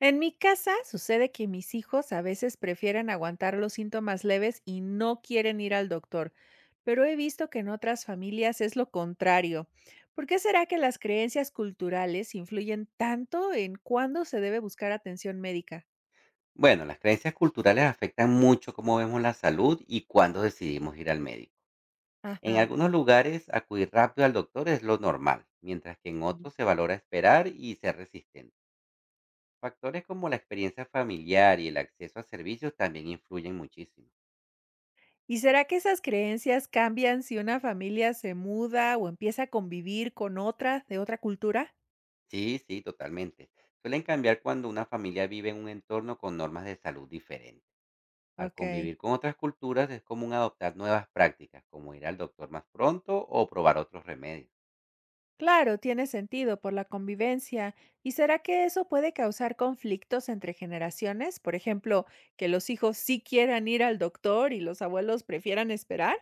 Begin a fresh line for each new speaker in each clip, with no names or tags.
En mi casa sucede que mis hijos a veces prefieren aguantar los síntomas leves y no quieren ir al doctor, pero he visto que en otras familias es lo contrario. ¿Por qué será que las creencias culturales influyen tanto en cuándo se debe buscar atención médica?
Bueno, las creencias culturales afectan mucho cómo vemos la salud y cuándo decidimos ir al médico. En
Ajá.
algunos lugares, acudir rápido al doctor es lo normal, mientras que en otros se valora esperar y ser resistente. Factores como la experiencia familiar y el acceso a servicios también influyen muchísimo.
¿Y será que esas creencias cambian si una familia se muda o empieza a convivir con otra de otra cultura?
Sí, sí, totalmente. Suelen cambiar cuando una familia vive en un entorno con normas de salud diferentes. Al
Ok.
convivir con otras culturas es común adoptar nuevas prácticas, como ir al doctor más pronto o probar otros remedios.
Claro, tiene sentido por la convivencia. ¿Y será que eso puede causar conflictos entre generaciones? Por ejemplo, que los hijos sí quieran ir al doctor y los abuelos prefieran esperar.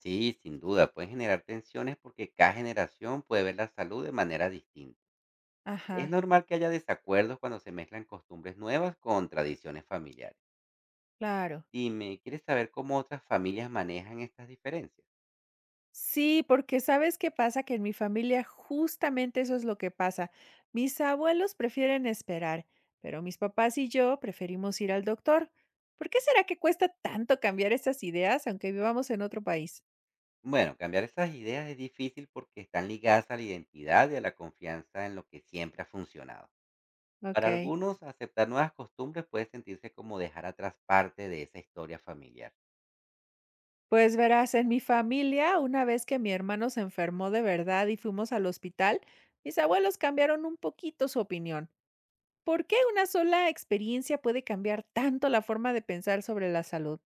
Sí, sin duda, pueden generar tensiones porque cada generación puede ver la salud de manera distinta. Es
Ajá,
normal que haya desacuerdos cuando se mezclan costumbres nuevas con tradiciones familiares.
claro.
Dime, ¿quieres saber cómo otras familias manejan estas diferencias?
Sí, porque sabes qué pasa, que en mi familia justamente eso es lo que pasa. Mis abuelos prefieren esperar, pero mis papás y yo preferimos ir al doctor. ¿Por qué será que cuesta tanto cambiar estas ideas aunque vivamos en otro país?
Bueno, cambiar esas ideas es difícil porque están ligadas a la identidad y a la confianza en lo que siempre ha funcionado.
Ok.
Para algunos, aceptar nuevas costumbres puede sentirse como dejar atrás parte de esa historia familiar.
Pues verás, en mi familia, una vez que mi hermano se enfermó de verdad y fuimos al hospital, mis abuelos cambiaron un poquito su opinión. ¿Por qué una sola experiencia puede cambiar tanto la forma de pensar sobre la salud?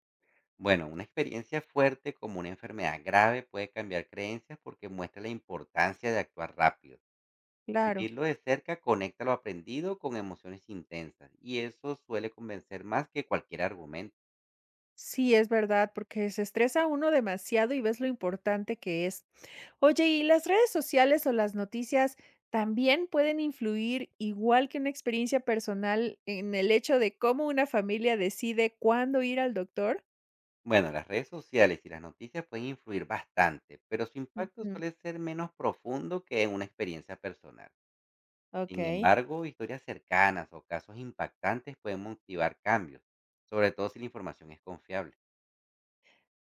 Bueno, una experiencia fuerte como una enfermedad grave puede cambiar creencias porque muestra la importancia de actuar rápido.
Claro,
Vivirlo de cerca conecta lo aprendido con emociones intensas y eso suele convencer más que cualquier argumento.
sí es verdad, porque se estresa uno demasiado y ves lo importante que es. Oye, ¿y las redes sociales o las noticias también pueden influir igual que una experiencia personal en el hecho de cómo una familia decide cuándo ir al doctor?
Bueno, las redes sociales y las noticias pueden influir bastante, pero su impacto suele ser menos profundo que en una experiencia personal. Sin
Okey.
embargo, historias cercanas o casos impactantes pueden motivar cambios, sobre todo si la información es confiable.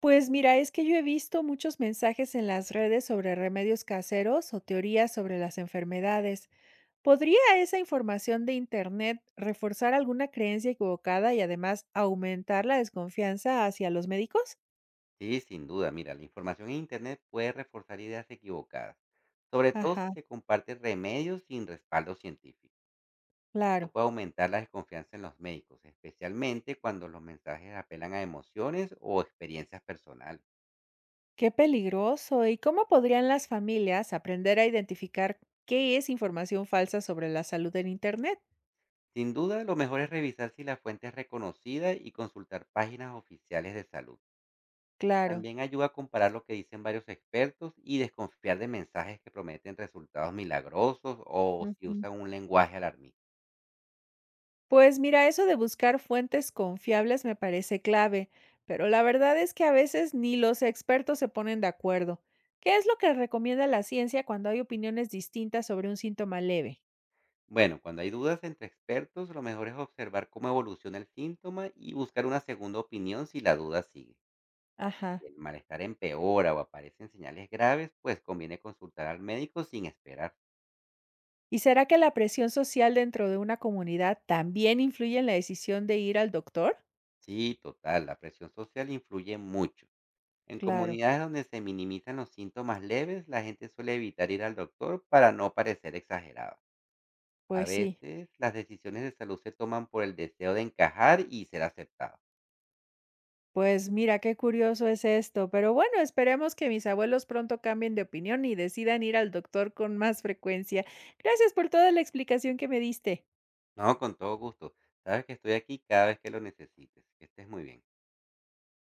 Pues mira, es que yo he visto muchos mensajes en las redes sobre remedios caseros o teorías sobre las enfermedades. ¿Podría esa información de Internet reforzar alguna creencia equivocada y además aumentar la desconfianza hacia los médicos?
Sí, sin duda. Mira, la información en Internet puede reforzar ideas equivocadas, sobre todo
Ajá,
si se comparten remedios sin respaldo científico.
claro,
Esto puede aumentar la desconfianza en los médicos, especialmente cuando los mensajes apelan a emociones o experiencias personales.
qué peligroso. ¿Y cómo podrían las familias aprender a identificar qué es información falsa sobre la salud en Internet?
Sin duda, lo mejor es revisar si la fuente es reconocida y consultar páginas oficiales de salud.
Claro.
También ayuda a comparar lo que dicen varios expertos y desconfiar de mensajes que prometen resultados milagrosos o si
Ujú.
usan un lenguaje alarmista.
Pues mira, eso de buscar fuentes confiables me parece clave, pero la verdad es que a veces ni los expertos se ponen de acuerdo. ¿Qué es lo que recomienda la ciencia cuando hay opiniones distintas sobre un síntoma leve?
Bueno, cuando hay dudas entre expertos, lo mejor es observar cómo evoluciona el síntoma y buscar una segunda opinión si la duda sigue.
Ajá.
Si el malestar empeora o aparecen señales graves, pues conviene consultar al médico sin esperar.
¿Y será que la presión social dentro de una comunidad también influye en la decisión de ir al doctor?
Sí, total, la presión social influye mucho. En
Claro,
comunidades donde se minimizan los síntomas leves, la gente suele evitar ir al doctor para no parecer exagerada. A
pues sí.
veces, las decisiones de salud se toman por el deseo de encajar y ser aceptada.
Pues mira, qué curioso es esto, pero bueno, esperemos que mis abuelos pronto cambien de opinión y decidan ir al doctor con más frecuencia. Gracias por toda la explicación que me diste.
No, con todo gusto. Sabes que estoy aquí cada vez que lo necesites. Que estés muy bien.